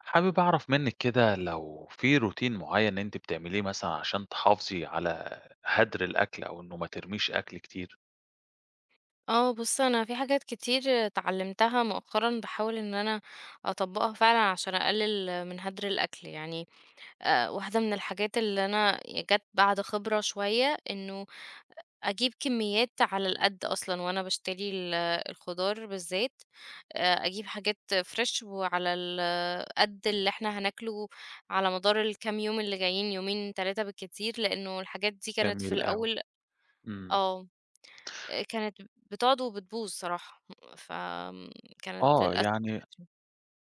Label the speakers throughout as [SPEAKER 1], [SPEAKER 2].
[SPEAKER 1] حابب أعرف منِّك كده لو في روتين معيّن أنتِ بتعمليه مثلًا عشان تحافظي على هدر الأكل أو إنه ما ترميش أكل كتير؟
[SPEAKER 2] اه بص انا في حاجات كتير اتعلمتها مؤخرا بحاول ان انا اطبقها فعلا عشان اقلل من هدر الاكل يعني. واحده من الحاجات اللي انا جت بعد خبره شويه انه اجيب كميات على القد اصلا وانا بشتري الخضار بالذات. اجيب حاجات فريش وعلى القد اللي احنا هناكله على مدار الكام يوم اللي جايين يومين ثلاثه بالكتير لانه الحاجات دي كانت في
[SPEAKER 1] جميل أوي.
[SPEAKER 2] الاول.
[SPEAKER 1] إمم.
[SPEAKER 2] اه كانت بتقعد وبتبوظ صراحة، فآمم كانت
[SPEAKER 1] آه.
[SPEAKER 2] للأسف.
[SPEAKER 1] يعني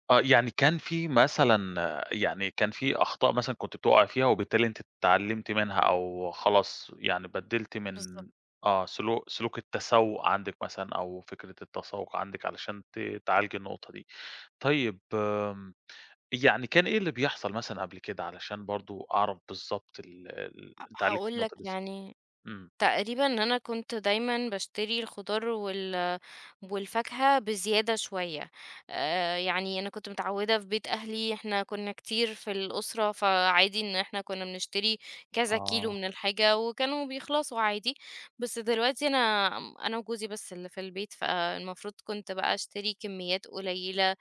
[SPEAKER 1] آه. يعني كان في مثلًا كان في أخطاء مثلًا كنتِ بتُقعي فيها وبالتالي أنتِ اتعلمتِ منها أو خلاص يعني بدِّلتِ من
[SPEAKER 2] بالضبط.
[SPEAKER 1] آه. سلوك التسوُّق عندِك مثلًا أو فكرة التسوُّق عندِك علشان تعالجي النقطة دي؟ طيب يعني كان إيه اللي بيحصل مثلًا قبل كده علشان برضه أعرف بالضبط ال
[SPEAKER 2] ه
[SPEAKER 1] أنت علّقت
[SPEAKER 2] هاقول لك
[SPEAKER 1] النقطة دي ص
[SPEAKER 2] يعني
[SPEAKER 1] إمم،
[SPEAKER 2] تقريبًا ان أنا كنت دايمًا باشتري الخضار والفاكهة بزيادة شوية. يعني أنا كنت متعودة في بيت أهلي، إحنا كنا كتير في الأسرة، فعادي إن إحنا كنا بنشتري كذا كيلو
[SPEAKER 1] آه،
[SPEAKER 2] من الحاجة وكانوا بيخلصوا عادي، بس دلوقتي أنا وجوزي بس اللي في البيت، فالمفروض كنت بقى أشتري كميات قليلة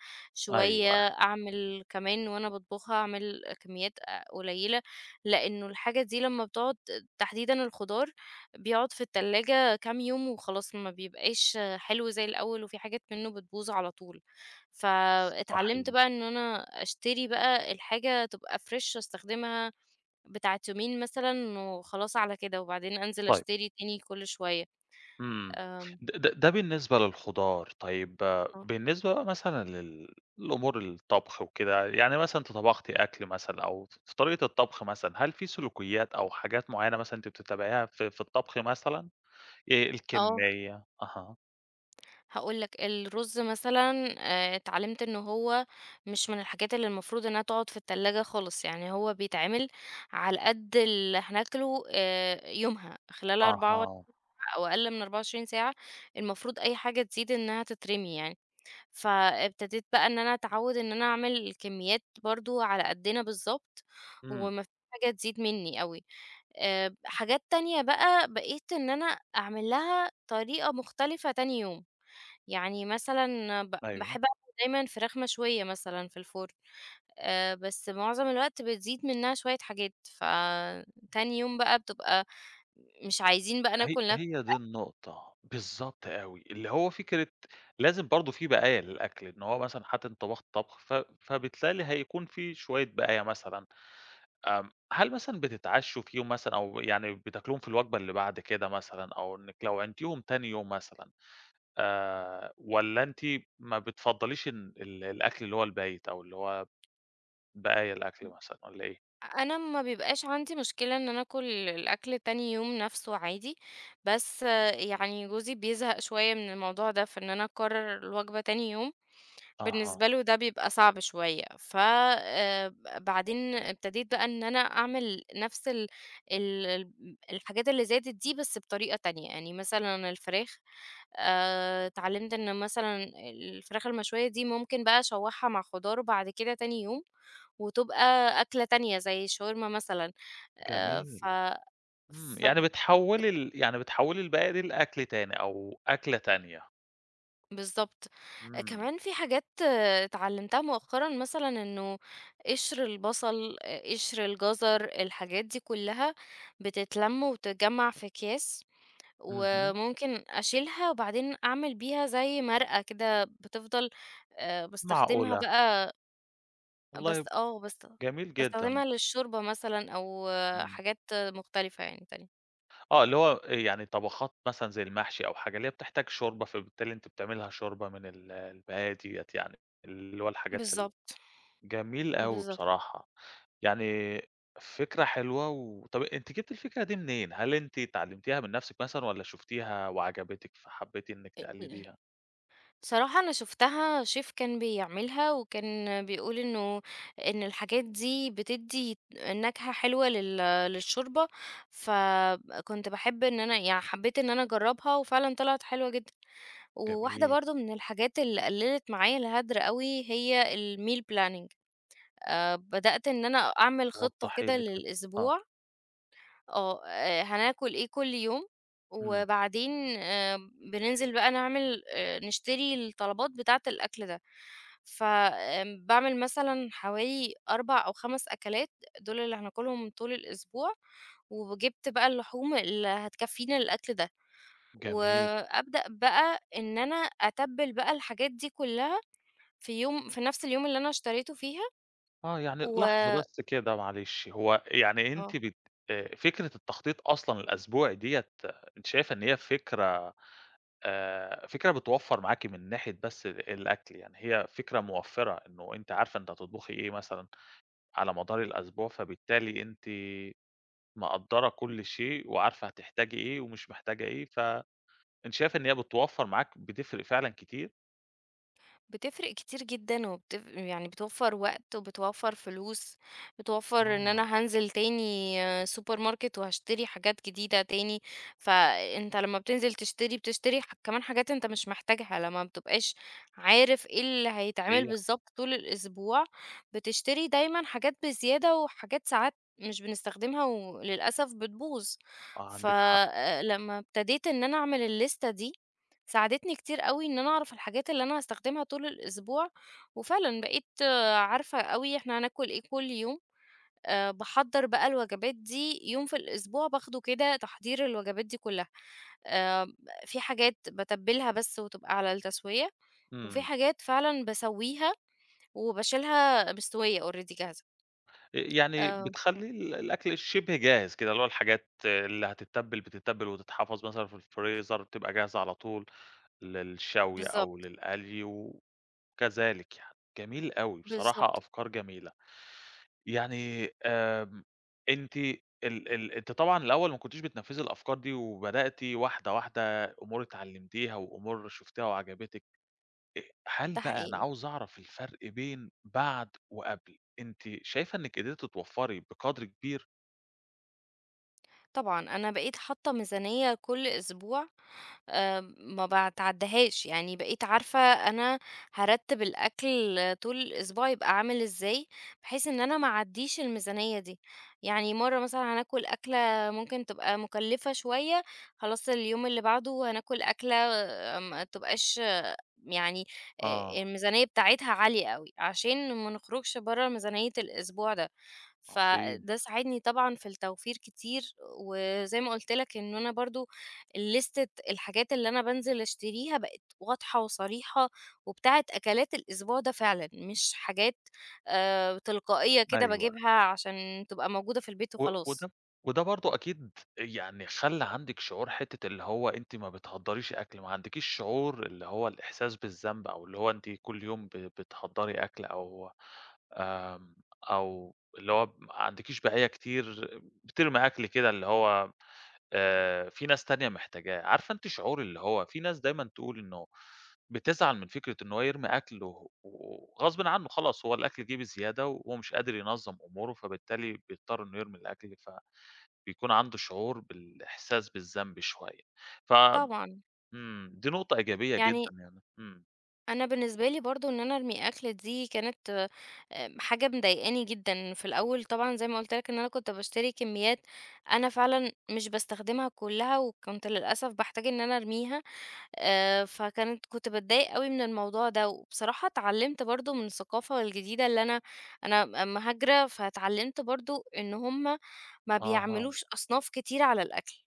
[SPEAKER 1] أيوه، أيوه،
[SPEAKER 2] شوية، أعمل كمان وأنا باطبخها أعمل كميات قليلة، لإنه الحاجة دي لمّا بتقعد تحديدًا الخضار بيقعد في التلاجة كام يوم وخلاص ما بيبقاش حلو زي الأول وفي حاجات منه بتبوظ على طول، فاتعلمت بقى
[SPEAKER 1] صحيح،
[SPEAKER 2] ان انا اشتري بقى الحاجة تبقى فريش استخدمها بتاعت يومين مثلا وخلاص على كده وبعدين انزل
[SPEAKER 1] طيب،
[SPEAKER 2] اشتري تاني كل شوية.
[SPEAKER 1] إمم.
[SPEAKER 2] أم،
[SPEAKER 1] د د ده بالنسبة للخضار. طيب آه،
[SPEAKER 2] اه
[SPEAKER 1] بالنسبة بقى مثلًا لأمور الطبخ وكده، يعني مثلًا أنتِ طبختِ أكل مثلًا أو ف في طريقة الطبخ مثلًا، هل في سلوكيات أو حاجات معيّنة مثلًا أنتِ بتتابعيها في الطبخ مثلًا،
[SPEAKER 2] آه،
[SPEAKER 1] الكمية؟ أها،
[SPEAKER 2] هقولك الرز مثلا، اتعلمت ان هو مش من الحاجات اللي المفروض انها تقعد في التلاجة خالص، يعني هو بيتعمل على قد اللي هناكله، يومها خلال 24
[SPEAKER 1] أها،
[SPEAKER 2] أو أقل من 24 ساعة، المفروض أي حاجة تزيد إنها تترمي يعني، فابتديت بقى إن أنا أتعوّد إن أنا أعمل كميات برضه على قدنا بالضبط،
[SPEAKER 1] إمم،
[SPEAKER 2] وما فيش حاجة تزيد مني أوي. حاجات تانية بقى بقيت إن أنا أعمل لها طريقة مختلفة تاني يوم، يعني مثلًا
[SPEAKER 1] أيوه.
[SPEAKER 2] باحب أعمل دايمًا فراخ مشوية مثلًا في الفرن. بس معظم الوقت بتزيد منها شوية حاجات، فتاني يوم بقى بتبقى مش عايزين بقى
[SPEAKER 1] هي
[SPEAKER 2] ناكل نفس.
[SPEAKER 1] هي دي النقطة، بالضبط أوي، اللي هو فكرة لازم برضه في بقايا للأكل، إن هو مثلًا حتى أنت طبخت طبخ ف فبالتالي هيكون في شوية بقايا مثلًا. هل مثلًا بتتعشوا فيهم مثلًا أو يعني بتاكلوهم في الوجبة اللي بعد كده مثلًا أو إنِّك لو عينتيهم تاني يوم مثلًا، والّا أنتِ ما بتفضّليش إن الأكل اللي هو البايت أو اللي هو بقايا الأكل مثلًا والّا إيه؟
[SPEAKER 2] أنا ما بيبقاش عندي مشكلة إن أنا آكل الأكل تاني يوم نفسه عادي، بس يعني جوزي بيزهق شوية من الموضوع ده، في إن أنا أكرر الوجبة تاني يوم،
[SPEAKER 1] أها،
[SPEAKER 2] بالنسبة له ده بيبقى صعب شوية. ف بعدين ابتديت بقى إن أنا أعمل نفس ال ال ال الحاجات اللي زادت دي بس بطريقة تانية، يعني مثلًا الفراخ، اتعلمت إن مثلًا الفراخ المشوية دي ممكن بقى أشوحها مع خضار بعد كده تاني يوم، وتبقى أكلة تانية زي الشاورما مثلًا. ف
[SPEAKER 1] جميل. إمم، يعني
[SPEAKER 2] فب
[SPEAKER 1] بتحوّلي ال يعني بتحوّلي الباقي دي لأكل تاني أو أكلة تانية.
[SPEAKER 2] بالضبط.
[SPEAKER 1] إمم،
[SPEAKER 2] كمان في حاجات اتعلمتها مؤخرًا، مثلًا إنه قشر البصل، قشر الجزر، الحاجات دي كلها بتتلَم وتتجمّع في أكياس،
[SPEAKER 1] اهم،
[SPEAKER 2] وممكن أشيلها وبعدين أعمل بيها زي مرقة كده بتفضل. باستخدمها
[SPEAKER 1] معقولة،
[SPEAKER 2] بقى، بس
[SPEAKER 1] والله، جميل جدًا،
[SPEAKER 2] باستخدمها للشوربة مثلًا أو
[SPEAKER 1] إمم.
[SPEAKER 2] حاجات مختلفة يعني تانية.
[SPEAKER 1] آه، اللي هو يعني طبخات مثلًا زي المحشي أو حاجة اللي هي بتحتاج شوربة، فبالتالي أنتِ بتعملي لها شوربة من البقايا ديّة يعني، اللي هو الحاجات ال
[SPEAKER 2] بالضبط.
[SPEAKER 1] جميل أوي
[SPEAKER 2] بالضبط.
[SPEAKER 1] بصراحة، يعني فكرة حلوة. و طَب أنتِ جبتِ الفكرة دي منين؟ هل أنتِ اتعلمتيها من نَفْسِك مثلًا والّا شُفتيها وعجبتِك فحبيتِ إنِّك تقلديها؟
[SPEAKER 2] صراحة أنا شُفتها chef كان بيعملها، وكان بيقول إن الحاجات دي بتدّي نكهة حلوة للشوربة، فكنت باحب إن أنا يعني حبيت إن أنا أجرّبها، وفعلًا طلعت حلوة جدًا. وواحدة
[SPEAKER 1] جميل.
[SPEAKER 2] برضه من الحاجات اللي قلّلت معايا الهدر أوي هي الmeal planning. بدأت إن أنا أعمل خطة
[SPEAKER 1] وضّحي
[SPEAKER 2] كده
[SPEAKER 1] لي كده، آه،
[SPEAKER 2] للأسبوع، هناكل إيه كل يوم،
[SPEAKER 1] إمم،
[SPEAKER 2] وبعدين آآ بننزل بقى نعمل نشتري الطلبات بتاعة الأكل ده. ف آمم باعمل مثلًا حوالي 4 أو 5 أكلات، دول اللي هناكلهم طول الأسبوع، وجِبت بقى اللحوم اللي هتكفينا الأكل ده،
[SPEAKER 1] جميل،
[SPEAKER 2] وأبدأ بقى إن أنا أتبِّل بقى الحاجات دي كلها في يوم، في نفس اليوم اللي أنا اشتريته فيها
[SPEAKER 1] آه. يعني
[SPEAKER 2] و
[SPEAKER 1] لحظة بس كده معلش، هو يعني أنتِ
[SPEAKER 2] آه.
[SPEAKER 1] بت فكرة التخطيط أصلًا الأسبوعي ديّة أنتِ شايفة إن هي فكرة، فكرة بتوفّر معاكِ من ناحية بس الأكل، يعني هي فكرة موفّرة إنه أنتِ عارفة أنتِ هتطبخي إيه مثلًا على مدار الأسبوع، فبالتالي أنتِ مقدّرة كل شيء وعارفة هتحتاجي إيه ومش محتاجة إيه، فأنتِ شايفة إن هي بتوفّر معاك بتفرق فعلًا كتير؟
[SPEAKER 2] بتفرق كتير جدًا يعني بتوفّر وقت وبتوفّر فلوس، بتوفّر
[SPEAKER 1] آه،
[SPEAKER 2] إن أنا هانزل تاني سوبر ماركت وهاشتري حاجات جديدة تاني، فأنت لمّا بتنزل تشتري، بتشتري كمان حاجات أنت مش محتاجها، لمّا ما بتبقاش عارف إيه اللي هيتعمل
[SPEAKER 1] صحيح،
[SPEAKER 2] بالضبط طول الأسبوع، بتشتري دايمًا حاجات بزيادة وحاجات ساعات مش بنستخدمها وللأسف بتبوظ.
[SPEAKER 1] آه،
[SPEAKER 2] ف
[SPEAKER 1] عندِك حق،
[SPEAKER 2] لمّا ابتديت إن أنا أعمل الليستة دي ساعدتني كتير أوي إن أنا أعرف الحاجات اللي أنا هاستخدمها طول الأسبوع، وفعلًا بقيت عارفة أوي إحنا هناكل إيه كل يوم. باحضّر بقى الوجبات دي يوم في الأسبوع باخده كده تحضير الوجبات دي كلها. آآ في حاجات باتبّلها بس وتبقى على التسوية، وفي
[SPEAKER 1] إمم.
[SPEAKER 2] حاجات فعلًا باسويها وباشيلها مستوية already جاهزة.
[SPEAKER 1] أ يعني
[SPEAKER 2] آه،
[SPEAKER 1] بتخلّي الأكل شِبه جاهز كده، اللي هو الحاجات اللي هتتّبل بتتّبل وتتحفظ مثلًا في الفريزر، بتبقى جاهزة على طول للشوي أو
[SPEAKER 2] بالضبط،
[SPEAKER 1] للقلي وكذلك يعني. جميل أوي، بصراحة
[SPEAKER 2] بالضبط،
[SPEAKER 1] أفكار جميلة. يعني آمم، أنتِ ال أنتِ طبعًا الأول ما كنتيش بتنفّذي الأفكار دي وبدأتِ واحدة، واحدة، أمور اتعلّمتيها وأمور شُفتيها وعجبتِك. هل
[SPEAKER 2] ده
[SPEAKER 1] بقى أنا
[SPEAKER 2] حقيقي.
[SPEAKER 1] عاوز أعرف الفرق بين بعد وقبل، أنتِ شايفة إنِّك قدرتِ توفّري بقدر كبير؟
[SPEAKER 2] طبعًا أنا بقيت حاطة ميزانية كل أسبوع، ما باتعدّاهاش، يعني بقيت عارفة أنا هارتّب الأكل طول الأسبوع يبقى عامل إزاي، بحيث إن أنا ما اعدّيش الميزانية دي، يعني مرّة مثلًا هناكل أكلة ممكن تبقى مُكلّفة شوية، خلاص اليوم اللي بعده هناكل أكلة ما تبقاش يعني
[SPEAKER 1] آه،
[SPEAKER 2] الميزانية بتاعتها عالية أوي، عشان ما نخرجش برّه ميزانية الأسبوع ده.
[SPEAKER 1] عظيم،
[SPEAKER 2] فده ساعدني طبعًا في التوفير كتير، وزي ما قُلت لك إن أنا برضه لِستة الحاجات اللي أنا بانزل أشتريها بقت واضحة وصريحة، وبتاعة أكلات الأسبوع ده فعلًا، مش حاجات تلقائية كده
[SPEAKER 1] أيوه.
[SPEAKER 2] باجيبها عشان تبقى موجودة في البيت
[SPEAKER 1] و
[SPEAKER 2] وخلاص.
[SPEAKER 1] وده وده برضه أكيد يعني خلّى عندِك شعور حتّة اللي هو أنتِ ما بتهدّريش أكل، ما عندكيش شعور اللي هو الإحساس بالذنب أو اللي هو أنتِ كل يوم بتهدّري أكل أو آمم، أو اللي هو ما عندكيش بقايا كتير بترمي أكل كده اللي هو، في ناس تانية محتاجاه، عارفة أنتِ شعور اللي هو في ناس دايمًا تقول إنه بتزعل من فكرة إن هو يرمي أكله وغصبٍ عنه خلاص هو الأكل جِه بزيادة وهو مش قادر ينظّم أموره، فبالتالي بيضطر إنه يرمي الأكل، فبيكون عنده شعور بالإحساس بالذنب شوية. ف
[SPEAKER 2] طبعًا.
[SPEAKER 1] إمم، دي نقطة إيجابية
[SPEAKER 2] يعني
[SPEAKER 1] جدًا يعني. إمم.
[SPEAKER 2] أنا بالنسبة لي برضه إن أنا أرمي أكل دي كانت حاجة مضايقاني جدًا في الأول، طبعًا زي ما قُلت لك إن أنا كنت باشتري كميات أنا فعلًا مش باستخدمها كلها، وكنت للأسف باحتاج إن أنا أرميها. فكانت كنت باتضايق أوي من الموضوع ده، وبصراحة اتعلمت برضه من الثقافة الجديدة اللي أنا أنا مهاجرة، فاتعلمت برضه إن هُم ما
[SPEAKER 1] أها،
[SPEAKER 2] بيعملوش أصناف كتير على الأكل.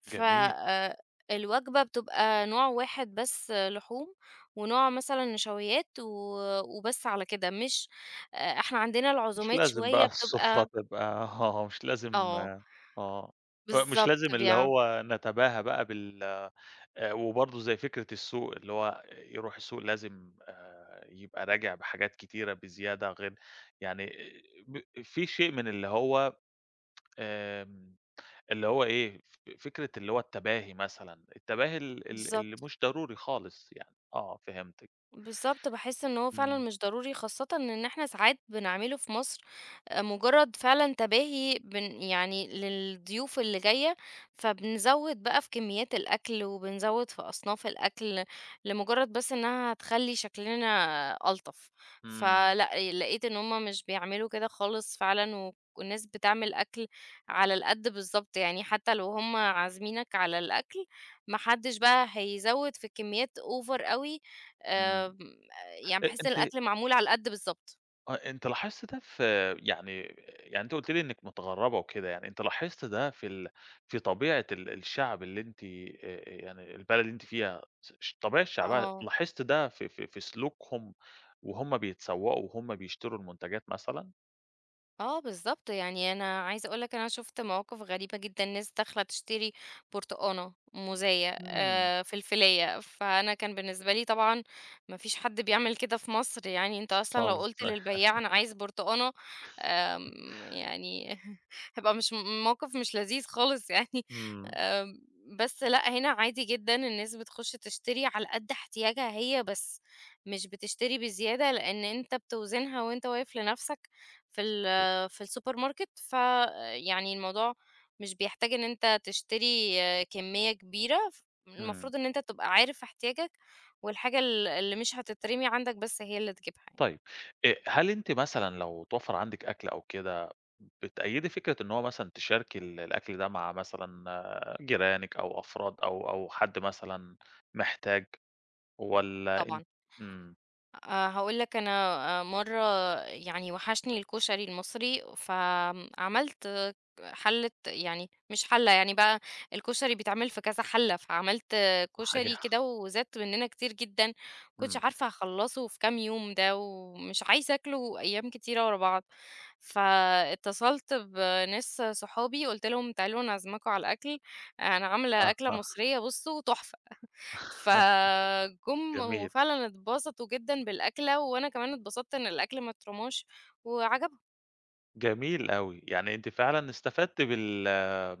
[SPEAKER 2] ف
[SPEAKER 1] جميل.
[SPEAKER 2] الوجبة بتبقى نوع واحد بس لحوم، ونوع مثلًا نشويات وبس على كده، مش. إحنا عندنا
[SPEAKER 1] مش
[SPEAKER 2] العزومات
[SPEAKER 1] لازم بقى
[SPEAKER 2] شوية
[SPEAKER 1] السفرة
[SPEAKER 2] بتبقى.
[SPEAKER 1] تبقى آه، مش لازم،
[SPEAKER 2] آه،
[SPEAKER 1] آه. آه، مش
[SPEAKER 2] بالضبط
[SPEAKER 1] لازم اللي
[SPEAKER 2] بيع
[SPEAKER 1] هو نتباهى بقى بال وبرضه زي فكرة السوق، اللي هو يروح السوق لازم يبقى راجع بحاجات كتيرة بزيادة غير يعني ب في شيء من اللي هو آمم، اللي هو إيه، فكرة اللي هو التباهي مثلًا، التباهي ال اللي
[SPEAKER 2] بالضبط.
[SPEAKER 1] مش ضروري خالص يعني، آه فهمتِك.
[SPEAKER 2] بالضبط، باحس إن هو فعلًا
[SPEAKER 1] إمم،
[SPEAKER 2] مش ضروري، خاصةً إن إحنا ساعات بنعمله في مصر. مجرد فعلًا تباهي، يعني للضيوف اللي جاية، فبنزوّد بقى في كميات الأكل، وبنزوّد في أصناف الأكل، لمجرد بس إنها هتخلّي شكلنا ألطف.
[SPEAKER 1] إمم،
[SPEAKER 2] فلأ، لقيت إن هُم مش بيعملوا كده خالص فعلًا، و والناس بتعمل أكل على القد بالضبط، يعني حتى لو هُم عازمينك على الأكل، ما حدش بقى هيزوّد في الكميات over أوي.
[SPEAKER 1] إمم.
[SPEAKER 2] آمم، يعني
[SPEAKER 1] أ
[SPEAKER 2] باحس إن
[SPEAKER 1] أنتِ
[SPEAKER 2] الأكل معمول على القد بالضبط.
[SPEAKER 1] آه، أنت لاحظت ده في يعني، يعني أنت قُلت لي إنِّك متغرّبة وكده، يعني أنت لاحظت ده في في طبيعة الشعب اللي أنتِ يعني البلد اللي أنتِ فيها س ش طبيعة شعبها،
[SPEAKER 2] آه،
[SPEAKER 1] لاحظت ده في في سلوكهم وهُم بيتسوّقوا وهُم بيشتروا المنتجات مثلًا؟
[SPEAKER 2] آه بالضبط، يعني أنا عايزة أقول لك أنا شُفت مواقف غريبة جدًا، ناس داخلة تشتري برتقانة، موزاية،
[SPEAKER 1] إمم،
[SPEAKER 2] فلفلاية، فأنا كان بالنسبة لي طبعًا ما فيش حد بيعمل كده في مصر، يعني أنت أصلًا لو
[SPEAKER 1] خالص،
[SPEAKER 2] قُلت
[SPEAKER 1] صحيح.
[SPEAKER 2] للبياع أنا عايز برتقانة. يعني هيبقى مش موقف مش لذيذ خالص يعني.
[SPEAKER 1] إمم.
[SPEAKER 2] بس لأ، هنا عادي جدًا الناس بتخش تشتري على قد احتياجها هي بس، مش بتشتري بزيادة، لأن أنت بتوزنها وأنت واقف لنفسك في
[SPEAKER 1] صحيح،
[SPEAKER 2] ال في السوبر ماركت، فيعني الموضوع مش بيحتاج إن أنت تشتري كمية كبيرة، ف
[SPEAKER 1] إمم.
[SPEAKER 2] المفروض إن أنت تبقى عارف احتياجك والحاجة ال اللي مش هتترمي عندك بس هي اللي تجيبها يعني.
[SPEAKER 1] طيب، هل أنتِ مثلًا لو اتوفّر عندِك أكل أو كده، بتأيّدي فكرة إن هو مثلًا تشاركي الأكل ده مع مثلًا آه، جيرانِك أو أفراد أو حد مثلًا محتاج، والّا
[SPEAKER 2] طبعًا.
[SPEAKER 1] أنتِ إمم،
[SPEAKER 2] هاقول لك أنا مرّة يعني وحشني الكشري المصري، فعملت حلة، يعني مش حلة يعني بقى الكشري بيتعمل في كذا حلة، فعملت كشري
[SPEAKER 1] صحيح،
[SPEAKER 2] كده وزاد مننا كتير جدًا، ما كنتش
[SPEAKER 1] إمم،
[SPEAKER 2] عارفة أخلّصه في كام يوم ده، ومش عايزة آكله أيام كتيرة ورا بعض، فاتصلت بناس صحابي قُلت لهم تعالوا أنا أعزمكم على الأكل، أنا عاملة
[SPEAKER 1] آه،
[SPEAKER 2] أكلة
[SPEAKER 1] آه،
[SPEAKER 2] مصرية بُصّوا تحفة، فجُم
[SPEAKER 1] جميل،
[SPEAKER 2] وفعلًا اتبسطوا جدًا بالأكلة، وأنا كمان اتبسطت إن الأكل ما اترماش وعجبهم.
[SPEAKER 1] جميل أوي. يعني أنتِ فعلًا استفدتِ بال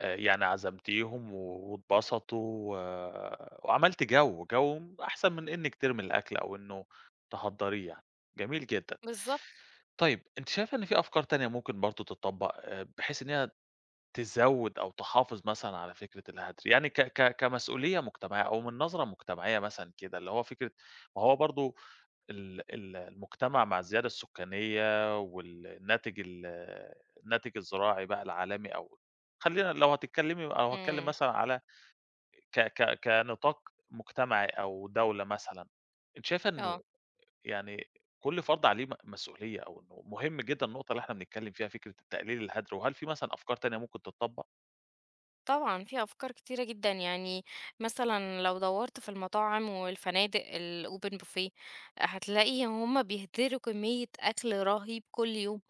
[SPEAKER 1] يعني عزمتيهم و واتبسطوا و وعملتِ جو، جو أحسن من إنِّك ترمي الأكل أو إنه تهدّريه يعني، جميل جدًا.
[SPEAKER 2] بالضبط.
[SPEAKER 1] طيب، أنتِ شايفة إن في أفكار تانية ممكن برضه تتطبّق، بحيث إن هي تزوّد أو تحافظ مثلًا على فكرة الهدر، يعني ك ك كمسؤولية مجتمعية أو من نظرة مجتمعية مثلًا كده، اللي هو فكرة ما هو برضه ال المجتمع مع الزيادة السكانية والناتج الناتج الزراعي بقى العالمي أو خلّينا لو هتتكلّمي أو هاتكلّم
[SPEAKER 2] إمم.
[SPEAKER 1] مثلًا على ك ك كنطاق مجتمعي أو دولة مثلًا، أنتِ شايفة
[SPEAKER 2] آه.
[SPEAKER 1] إنه يعني كل فرد عليه مسؤولية أو إنه مهم جدًا النقطة اللي إحنا بنتكلّم فيها فكرة التقليل الهدر، وهل في مثلًا أفكار تانية ممكن تتطبّق؟
[SPEAKER 2] طبعًا في أفكار كتيرة جدًا، يعني مثلًا لو دَوّرت في المطاعم والفنادق الopen buffet هتلاقي هُم بيهدروا كمية أكل رهيب كل يوم،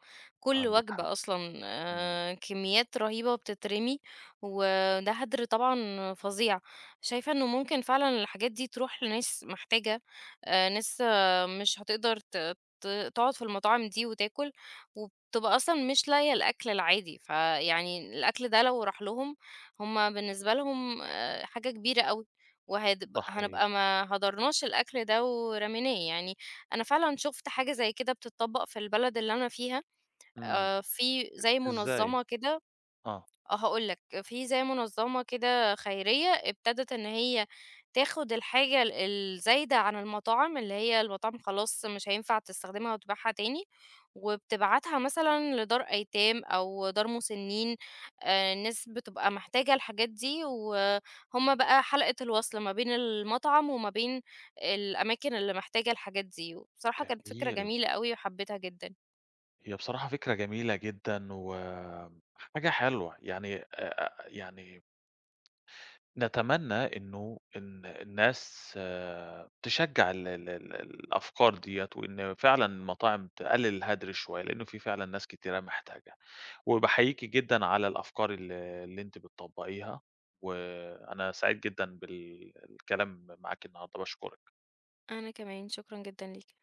[SPEAKER 2] كل
[SPEAKER 1] عندِك حق،
[SPEAKER 2] وجبة أصلًا
[SPEAKER 1] إمم،
[SPEAKER 2] كميات رهيبة بتترمي، وده هدر طبعًا فظيع. شايفة إنه ممكن فعلًا الحاجات دي تروح لناس محتاجة. ناس مش هتقدر ت ت تقعد في المطاعم دي وتاكل، وبتبقى أصلًا مش لاقية الأكل العادي، فيعني الأكل ده لو راح لهم هُم بالنسبة لهم حاجة كبيرة أوي، وهتب هنبقى
[SPEAKER 1] صحيح،
[SPEAKER 2] ما هدرناش الأكل ده ورميناه يعني. أنا فعلًا شُفت حاجة زي كده بتتطبّق في البلد اللي أنا فيها.
[SPEAKER 1] إمم،
[SPEAKER 2] في زي
[SPEAKER 1] إزاي؟
[SPEAKER 2] منظّمة كده.
[SPEAKER 1] آه،
[SPEAKER 2] آه، هاقول لك، في زي منظمة كده خيرية ابتدت إن هي تاخد الحاجة الزايدة عن المطاعم، اللي هي المطاعم خلاص مش هينفع تستخدمها وتبيعها تاني، وبتبعتها مثلًا لدار أيتام أو دار مسنين. الناس بتبقى محتاجة الحاجات دي، وهُم بقى حلقة الوصل ما بين المطعم وما بين الأماكن اللي محتاجة الحاجات دي، وبصراحة كانت فكرة
[SPEAKER 1] جميل.
[SPEAKER 2] جميلة أوي وحبيتها جدًا.
[SPEAKER 1] هي بصراحة فكرة جميلة جدًا، وحاجة حلوة يعني يعني نتمنى إنه إن الناس تشجّع ال الأفكار ديّة، وإن فعلًا المطاعم تقلل الهدر شوية، لإنه في فعلًا ناس كتيرة محتاجة، وباحييكِ جدًا على الأفكار اللي أنتِ بتطبّقيها، وأنا سعيد جدًا بالكلام معاكِ النهارده، باشكرِك.
[SPEAKER 2] أنا كمان، شكرًا جدًا ليك.